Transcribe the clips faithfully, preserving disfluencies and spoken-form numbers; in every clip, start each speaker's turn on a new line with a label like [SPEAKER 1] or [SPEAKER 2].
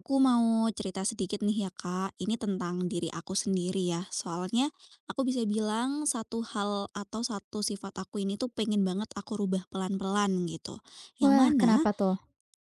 [SPEAKER 1] Aku mau cerita sedikit nih ya, Kak, ini tentang diri aku sendiri ya. Soalnya aku bisa bilang satu hal atau satu sifat aku ini tuh pengen banget aku rubah pelan-pelan gitu. Yang
[SPEAKER 2] Wah,
[SPEAKER 1] mana.
[SPEAKER 2] kenapa tuh?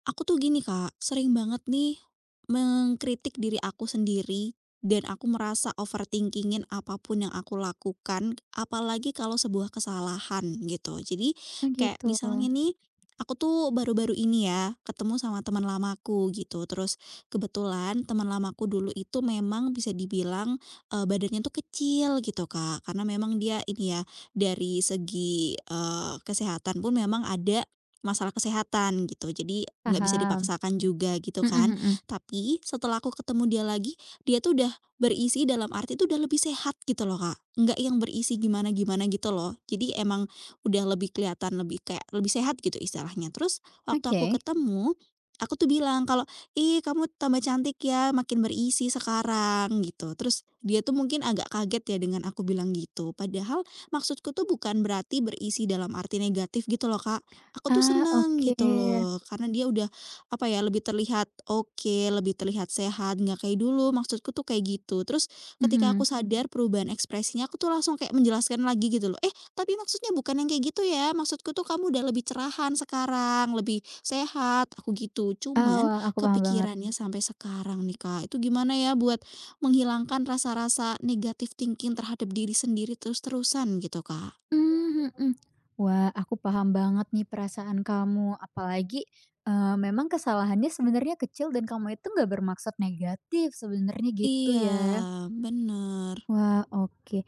[SPEAKER 1] Aku tuh gini, Kak, sering banget nih mengkritik diri aku sendiri dan aku merasa overthinkingin apapun yang aku lakukan, apalagi kalau sebuah kesalahan gitu. Jadi
[SPEAKER 2] Oh,
[SPEAKER 1] kayak
[SPEAKER 2] gitu.
[SPEAKER 1] misalnya nih, aku tuh baru-baru ini ya ketemu sama teman lamaku gitu. Terus kebetulan teman lamaku dulu itu memang bisa dibilang eh, badannya tuh kecil gitu, Kak, karena memang dia ini ya dari segi eh, kesehatan pun memang ada masalah kesehatan gitu, jadi nggak bisa
[SPEAKER 2] Paham.
[SPEAKER 1] dipaksakan juga gitu
[SPEAKER 2] Mhm,
[SPEAKER 1] kan.
[SPEAKER 2] mhm.
[SPEAKER 1] Tapi setelah aku ketemu dia lagi, dia tuh udah berisi, dalam arti tuh udah lebih sehat gitu loh, Kak. Nggak yang berisi gimana-gimana gitu loh. Jadi emang udah lebih kelihatan, lebih kayak lebih sehat gitu istilahnya. Terus waktu aku
[SPEAKER 2] Oke.
[SPEAKER 1] ketemu, aku tuh bilang kalau, "Ih, kamu tambah cantik ya, makin berisi sekarang," gitu. Terus dia tuh mungkin agak kaget ya dengan aku bilang gitu. Padahal maksudku tuh bukan berarti berisi dalam arti negatif gitu loh, Kak. Aku tuh
[SPEAKER 2] Ah,
[SPEAKER 1] seneng
[SPEAKER 2] oke.
[SPEAKER 1] gitu loh, karena dia udah, apa ya, lebih terlihat oke, lebih terlihat sehat, nggak kayak dulu, maksudku tuh kayak gitu. Terus ketika aku
[SPEAKER 2] Mhm.
[SPEAKER 1] sadar perubahan ekspresinya, aku tuh langsung kayak menjelaskan lagi gitu loh, "Eh, tapi maksudnya bukan yang kayak gitu ya, maksudku tuh kamu udah lebih cerahan sekarang, lebih sehat," aku gitu.
[SPEAKER 2] Ah,
[SPEAKER 1] Cuman
[SPEAKER 2] wah, aku paham banget.
[SPEAKER 1] kepikirannya sampai sekarang nih, Kak, itu gimana ya buat menghilangkan rasa-rasa negatif thinking terhadap diri sendiri terus-terusan gitu, Kak?
[SPEAKER 2] Mmm, mhm. Wah, aku paham banget nih perasaan kamu, apalagi, eee, memang kesalahannya sebenarnya kecil dan kamu itu nggak bermaksud negatif sebenarnya gitu
[SPEAKER 1] Iya,
[SPEAKER 2] ya.
[SPEAKER 1] bener.
[SPEAKER 2] Wah, oke.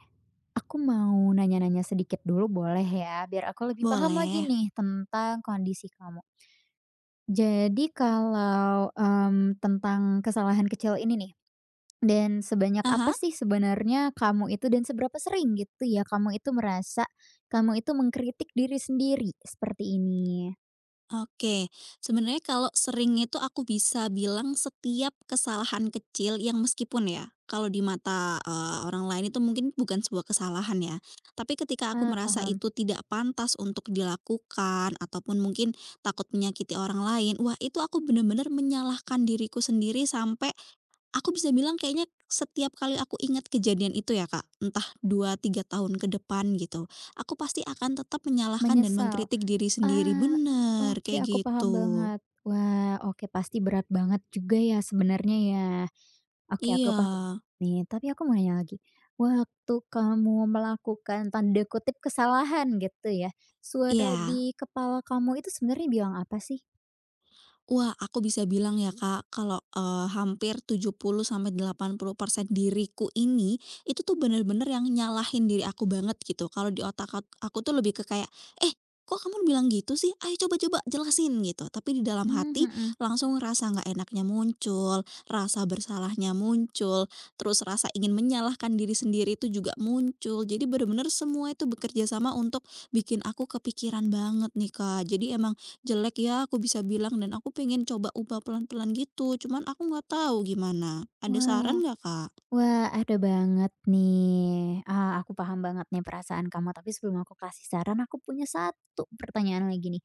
[SPEAKER 2] Aku mau nanya-nanya sedikit dulu boleh ya? Biar aku lebih paham lagi
[SPEAKER 1] Boleh.
[SPEAKER 2] nih tentang kondisi kamu. Jadi kalau, mmm, tentang kesalahan kecil ini nih, dan sebanyak apa
[SPEAKER 1] Ah,
[SPEAKER 2] sih sebenarnya kamu itu dan seberapa sering gitu ya kamu itu merasa, kamu itu mengkritik diri sendiri seperti ini?
[SPEAKER 1] oke. Sebenarnya kalau sering itu aku bisa bilang setiap kesalahan kecil yang meskipun ya, kalau di mata, eee, orang lain itu mungkin bukan sebuah kesalahan ya, tapi ketika aku
[SPEAKER 2] Ah,
[SPEAKER 1] merasa
[SPEAKER 2] paham,
[SPEAKER 1] itu tidak pantas untuk dilakukan ataupun mungkin takut menyakiti orang lain, wah itu aku benar-benar menyalahkan diriku sendiri sampai. Aku bisa bilang kayaknya setiap kali aku ingat kejadian itu ya, Kak, entah dua tiga tahun ke depan gitu, aku pasti akan tetap menyalahkan dan
[SPEAKER 2] menyesal.
[SPEAKER 1] mengkritik diri sendiri.
[SPEAKER 2] Ah,
[SPEAKER 1] Bener,
[SPEAKER 2] oke
[SPEAKER 1] kayak
[SPEAKER 2] aku paham
[SPEAKER 1] gitu.
[SPEAKER 2] banget. Wah, oke pasti berat banget juga ya sebenarnya ya. Oke aku
[SPEAKER 1] Iya,
[SPEAKER 2] paham nih, tapi aku mau nanya lagi. Waktu kamu melakukan tanda kutip "kesalahan" gitu ya, suara Hmm.
[SPEAKER 1] iya.
[SPEAKER 2] di kepala kamu itu sebenarnya bilang apa sih?
[SPEAKER 1] Wah, aku bisa bilang ya, Kak, kalau, eee, hampir tujuh puluh sampai delapan puluh persen diriku ini, itu tuh bener-bener yang nyalahin diri aku banget gitu. Kalau di otak ak aku tuh lebih ke kayak, "Eh, kok kamu bilang gitu sih? Ayo coba coba jelasin," gitu. Tapi di dalam
[SPEAKER 2] Mmm,
[SPEAKER 1] hati
[SPEAKER 2] mhm.
[SPEAKER 1] langsung rasa nggak enaknya muncul, rasa bersalahnya muncul, terus rasa ingin menyalahkan diri sendiri itu juga muncul. Jadi bener-bener semua itu bekerja sama untuk bikin aku kepikiran banget nih, Kak. Jadi emang jelek ya aku bisa bilang, dan aku pengen coba ubah pelan-pelan gitu, cuman aku nggak tahu gimana. Ada
[SPEAKER 2] Wah.
[SPEAKER 1] saran nggak, Kak?
[SPEAKER 2] Wah, ada banget nih. Ah, aku paham banget nih perasaan kamu, tapi sebelum aku kasih saran, aku punya satu pertanyaan lagi nih.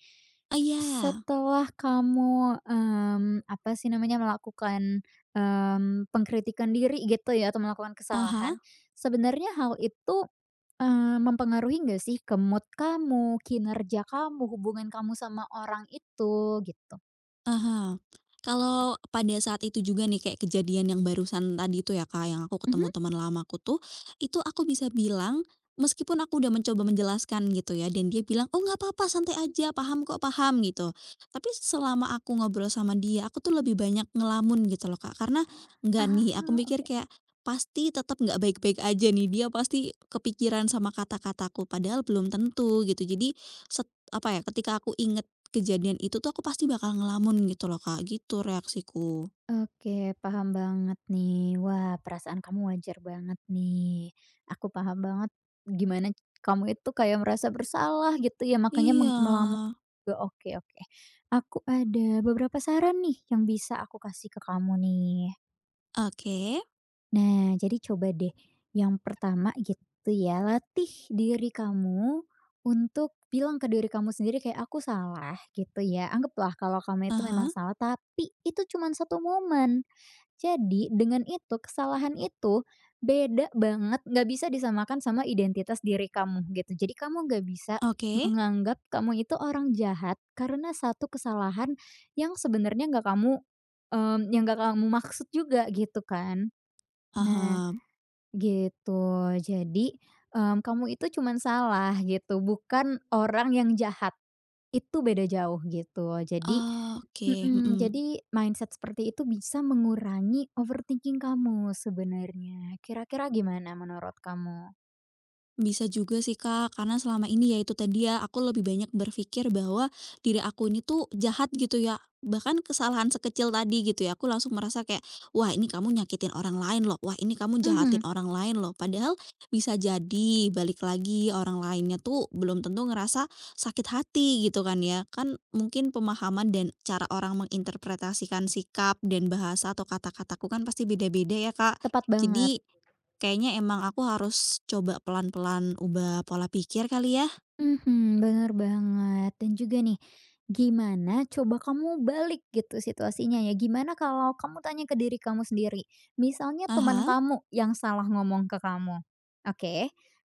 [SPEAKER 1] Oh, iya.
[SPEAKER 2] Setelah kamu, mmm, apa sih namanya, melakukan, mmm, pengkritikan diri gitu ya atau melakukan
[SPEAKER 1] Ah.
[SPEAKER 2] kesalahan, sebenarnya hal itu, eee, mempengaruhi nggak sih ke mood kamu, kinerja kamu, hubungan kamu sama orang itu, gitu?
[SPEAKER 1] Aha. Kalau pada saat itu juga nih, kayak kejadian yang barusan tadi itu ya, Kak, yang aku
[SPEAKER 2] Mhm.
[SPEAKER 1] ketemu teman lamaku tuh, itu aku bisa bilang, meskipun aku udah mencoba menjelaskan gitu ya dan dia bilang, "Oh, nggak apa-apa, santai aja, paham kok, paham," gitu. Tapi selama aku ngobrol sama dia, aku tuh lebih banyak ngelamun gitu loh, Kak, karena nggak
[SPEAKER 2] Ah.
[SPEAKER 1] nih, aku mikir kayak, pasti tetap nggak baik-baik aja nih, dia pasti kepikiran sama kata-kataku, padahal belum tentu gitu. Jadi, set apa ya, ketika aku inget kejadian itu tuh aku pasti bakal ngelamun gitu loh, Kak, gitu reaksiku.
[SPEAKER 2] Oke, paham banget nih. Wah, perasaan kamu wajar banget nih. Aku paham banget gimana kamu itu kayak merasa bersalah gitu ya, makanya meng-
[SPEAKER 1] Iya.
[SPEAKER 2] melamun juga. Oke, oke. Aku ada beberapa saran nih yang bisa aku kasih ke kamu nih.
[SPEAKER 1] Oke.
[SPEAKER 2] Nah, jadi coba deh. Yang pertama gitu ya, latih diri kamu untuk bilang ke diri kamu sendiri kayak aku salah gitu ya. Anggaplah kalau kamu itu memang
[SPEAKER 1] Aha,
[SPEAKER 2] salah, tapi itu cuma satu momen, jadi dengan itu, kesalahan itu beda banget, nggak bisa disamakan sama identitas diri kamu gitu. Jadi kamu nggak bisa
[SPEAKER 1] oke,
[SPEAKER 2] menganggap kamu itu orang jahat karena satu kesalahan yang sebenarnya nggak kamu, mmm, yang nggak kamu maksud juga gitu kan. Nah,
[SPEAKER 1] paham.
[SPEAKER 2] gitu. Jadi, mmm, kamu itu cuman salah gitu, bukan orang yang jahat. Itu beda jauh gitu. Jadi
[SPEAKER 1] Oke,
[SPEAKER 2] mhm,
[SPEAKER 1] mhm.
[SPEAKER 2] jadi mindset seperti itu bisa mengurangi overthinking kamu sebenarnya. Kira-kira gimana menurut kamu?
[SPEAKER 1] Bisa juga sih, Kak, karena selama ini ya itu tadi ya, aku lebih banyak berpikir bahwa diri aku ini tuh jahat gitu ya, bahkan kesalahan sekecil tadi gitu ya, aku langsung merasa kayak, "Wah, ini kamu nyakitin orang lain loh, wah, ini kamu jahatin
[SPEAKER 2] Mhm,
[SPEAKER 1] orang lain loh." Padahal bisa jadi balik lagi orang lainnya tuh belum tentu ngerasa sakit hati gitu kan ya, kan mungkin pemahaman dan cara orang menginterpretasikan sikap dan bahasa atau kata-kataku kan pasti beda-beda ya, Kak.
[SPEAKER 2] tepat banget.
[SPEAKER 1] Jadi kayaknya emang aku harus coba pelan-pelan ubah pola pikir kali ya?
[SPEAKER 2] Mhm, bener banget dan juga nih, gimana coba kamu balik gitu situasinya ya, gimana kalau kamu tanya ke diri kamu sendiri, misalnya teman
[SPEAKER 1] Aha,
[SPEAKER 2] kamu yang salah ngomong ke kamu, oke,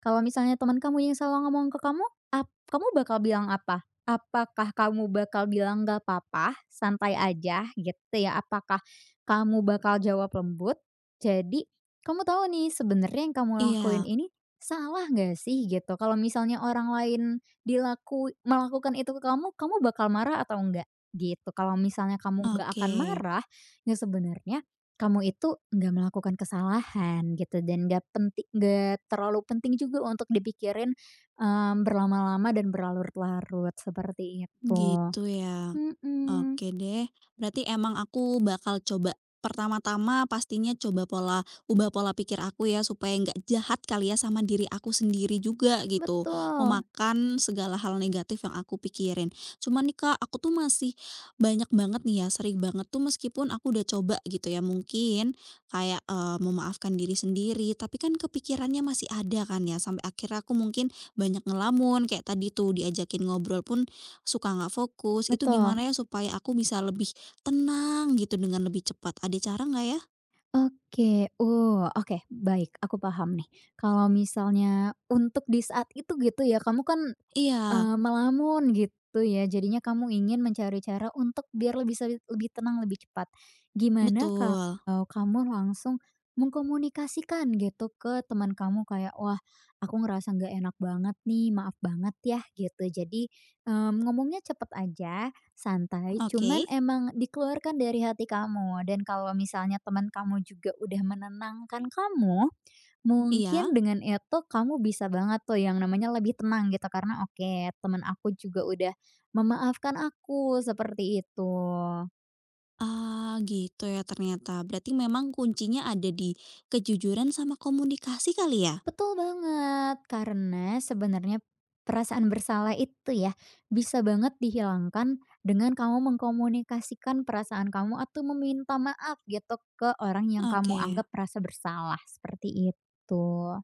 [SPEAKER 2] kalau misalnya teman kamu yang salah ngomong ke kamu, ap kamu bakal bilang apa? Apakah kamu bakal bilang, "Gak apa-apa, santai aja," gitu ya? Apakah kamu bakal jawab lembut? Jadi, kamu tahu nih sebenarnya yang kamu lakuin
[SPEAKER 1] iya,
[SPEAKER 2] ini salah nggak sih gitu kalau misalnya orang lain dilaku melakukan itu ke kamu, kamu bakal marah atau enggak? Gitu. Kalau misalnya kamu nggak
[SPEAKER 1] oke,
[SPEAKER 2] akan marah, ya sebenarnya kamu itu nggak melakukan kesalahan gitu dan nggak penting, nggak terlalu penting juga untuk dipikirin, mmm, berlama-lama dan berlarut-larut seperti itu.
[SPEAKER 1] gitu ya.
[SPEAKER 2] Mhm,
[SPEAKER 1] Oke deh, berarti emang aku bakal coba pertama-tama, pastinya coba pola ubah pola pikir aku ya, supaya nggak jahat kali ya sama diri aku sendiri juga gitu.
[SPEAKER 2] betul
[SPEAKER 1] Memakan segala hal negatif yang aku pikirin. Cuman nih, Kak, aku tuh masih banyak banget nih ya, sering banget tuh meskipun aku udah coba gitu ya mungkin kayak, eee, memaafkan diri sendiri, tapi kan kepikirannya masih ada kan ya, sampai akhirnya aku mungkin banyak ngelamun, kayak tadi tuh diajakin ngobrol pun suka nggak fokus, itu
[SPEAKER 2] betul.
[SPEAKER 1] gimana ya supaya aku bisa lebih tenang gitu dengan lebih cepat, ada cara nggak ya?
[SPEAKER 2] Oke, oh, oke, baik, aku paham nih. Kalau misalnya untuk di saat itu gitu ya, kamu kan
[SPEAKER 1] Iya,
[SPEAKER 2] Eee, melamun gitu ya, jadinya kamu ingin mencari cara untuk biar lebih se lebih tenang, lebih cepat. Gimana
[SPEAKER 1] betul.
[SPEAKER 2] kalau kamu langsung mengkomunikasikan gitu ke teman kamu kayak, "Wah, aku ngerasa nggak enak banget nih, maaf banget ya," gitu. Jadi, mmm, ngomongnya cepet aja, santai, cuman
[SPEAKER 1] Oke,
[SPEAKER 2] emang dikeluarkan dari hati kamu, dan kalau misalnya teman kamu juga udah menenangkan kamu. Mungkin
[SPEAKER 1] iya.
[SPEAKER 2] dengan itu kamu bisa banget tuh yang namanya lebih tenang gitu karena oke, temen aku juga udah memaafkan aku seperti itu.
[SPEAKER 1] Ah, gitu ya ternyata. Berarti memang kuncinya ada di kejujuran sama komunikasi kali ya?
[SPEAKER 2] Betul banget, karena sebenarnya perasaan bersalah itu ya bisa banget dihilangkan dengan kamu mengkomunikasikan perasaan kamu atau meminta maaf gitu ke orang yang kamu anggap
[SPEAKER 1] Oke.
[SPEAKER 2] merasa bersalah seperti itu.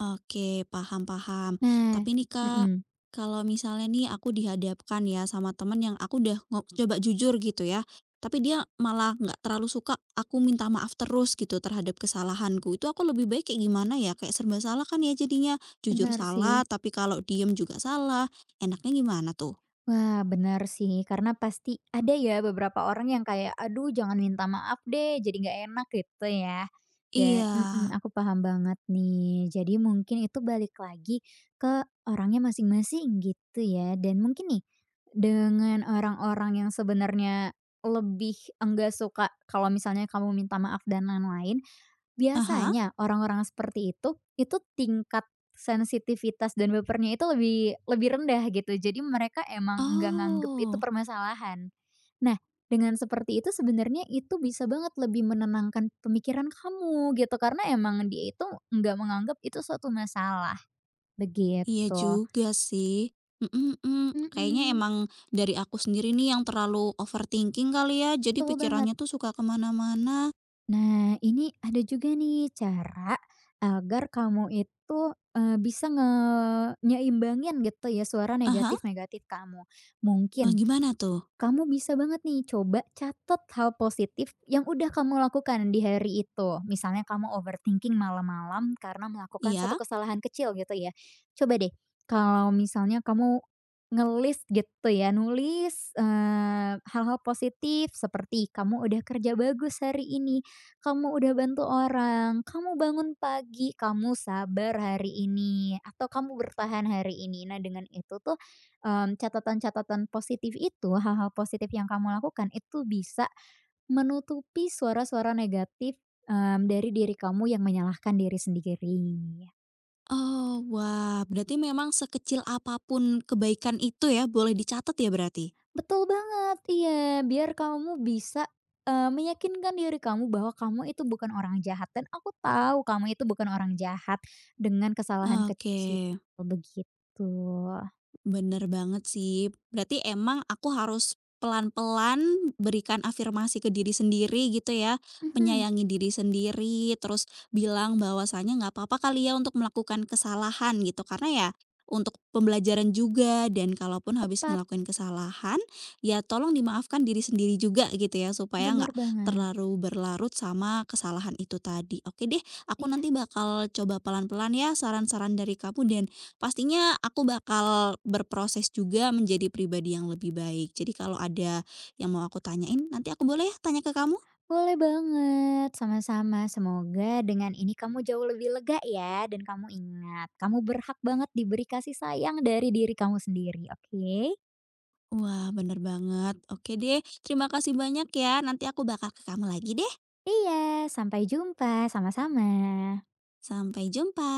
[SPEAKER 1] Oke, paham paham.
[SPEAKER 2] Nah,
[SPEAKER 1] Tapi nih, Kak,
[SPEAKER 2] mhm,
[SPEAKER 1] kalau misalnya nih aku dihadapkan ya sama temen yang aku udah ngo coba jujur gitu ya, tapi dia malah nggak terlalu suka aku minta maaf terus gitu terhadap kesalahanku, itu aku lebih baik kayak gimana ya? Kayak serba salah kan ya jadinya, jujur
[SPEAKER 2] benar sih.
[SPEAKER 1] salah, tapi kalau diem juga salah, enaknya gimana tuh?
[SPEAKER 2] Wah, benar sih, karena pasti ada ya beberapa orang yang kayak, "Aduh, jangan minta maaf deh, jadi nggak enak," gitu ya. Dan
[SPEAKER 1] Iya.
[SPEAKER 2] mhm, aku paham banget nih. Jadi mungkin itu balik lagi ke orangnya masing-masing gitu ya. Dan mungkin nih, dengan orang-orang yang sebenarnya lebih enggak suka kalau misalnya kamu minta maaf dan lain-lain,
[SPEAKER 1] Aha.
[SPEAKER 2] biasanya orang-orang seperti itu, itu tingkat sensitivitas dan bapernya itu lebih lebih rendah gitu. Jadi mereka emang nggak nganggep itu
[SPEAKER 1] Oh.
[SPEAKER 2] permasalahan. Nah, dengan seperti itu sebenarnya itu bisa banget lebih menenangkan pemikiran kamu gitu, karena emang dia itu nggak menganggap itu suatu masalah,
[SPEAKER 1] Iya
[SPEAKER 2] begitu.
[SPEAKER 1] juga sih, mhm mhm. Kayaknya
[SPEAKER 2] Mhm,
[SPEAKER 1] emang dari aku sendiri nih yang terlalu overthinking kali ya, jadi
[SPEAKER 2] betul banget.
[SPEAKER 1] pikirannya tuh suka kemana mana.
[SPEAKER 2] Nah, ini ada juga nih cara agar kamu itu, eee, bisa nge nyeimbangin gitu ya suara
[SPEAKER 1] Aha, ah,
[SPEAKER 2] negatif-negatif kamu. Mungkin
[SPEAKER 1] gimana tuh?
[SPEAKER 2] kamu bisa banget nih coba catat hal positif yang udah kamu lakukan di hari itu. Misalnya kamu overthinking malam-malam karena melakukan satu
[SPEAKER 1] Iya?
[SPEAKER 2] kesalahan kecil gitu ya. Coba deh kalau misalnya kamu nge gitu ya, nulis, eee, hal-hal positif seperti kamu udah kerja bagus hari ini, kamu udah bantu orang, kamu bangun pagi, kamu sabar hari ini, atau kamu bertahan hari ini. Nah, dengan itu tuh, mmm, catatan-catatan positif itu, hal-hal positif yang kamu lakukan itu bisa menutupi suara-suara negatif, mmm, dari diri kamu yang menyalahkan diri sendiri.
[SPEAKER 1] Oh, wah, berarti memang sekecil apapun kebaikan itu ya, boleh dicatat ya berarti?
[SPEAKER 2] Betul banget, iya, biar kamu bisa, eee, meyakinkan diri kamu bahwa kamu itu bukan orang jahat, dan aku tahu kamu itu bukan orang jahat dengan kesalahan
[SPEAKER 1] Oke.
[SPEAKER 2] kecil, begitu.
[SPEAKER 1] Bener banget sih. Berarti emang aku harus pelan-pelan berikan afirmasi ke diri sendiri gitu ya,
[SPEAKER 2] Mhm,
[SPEAKER 1] menyayangi diri sendiri, terus bilang bahwasanya nggak apa-apa kali ya untuk melakukan kesalahan gitu, karena ya untuk pembelajaran juga, dan kalaupun habis
[SPEAKER 2] tepat,
[SPEAKER 1] ngelakuin kesalahan, ya tolong dimaafkan diri sendiri juga gitu ya, supaya
[SPEAKER 2] benar
[SPEAKER 1] nggak
[SPEAKER 2] banget.
[SPEAKER 1] terlalu berlarut sama kesalahan itu tadi. Oke deh, aku
[SPEAKER 2] Iya.
[SPEAKER 1] nanti bakal coba pelan-pelan ya saran-saran dari kamu, dan pastinya aku bakal berproses juga menjadi pribadi yang lebih baik. Jadi kalau ada yang mau aku tanyain, nanti aku boleh ya tanya ke kamu?
[SPEAKER 2] Boleh banget, sama-sama. Semoga dengan ini kamu jauh lebih lega ya, dan kamu ingat, kamu berhak banget diberi kasih sayang dari diri kamu sendiri, oke?
[SPEAKER 1] Wah, bener banget. Oke deh, terima kasih banyak ya. Nanti aku bakal ke kamu lagi deh.
[SPEAKER 2] Iya, sampai jumpa, sama-sama.
[SPEAKER 1] Sampai jumpa.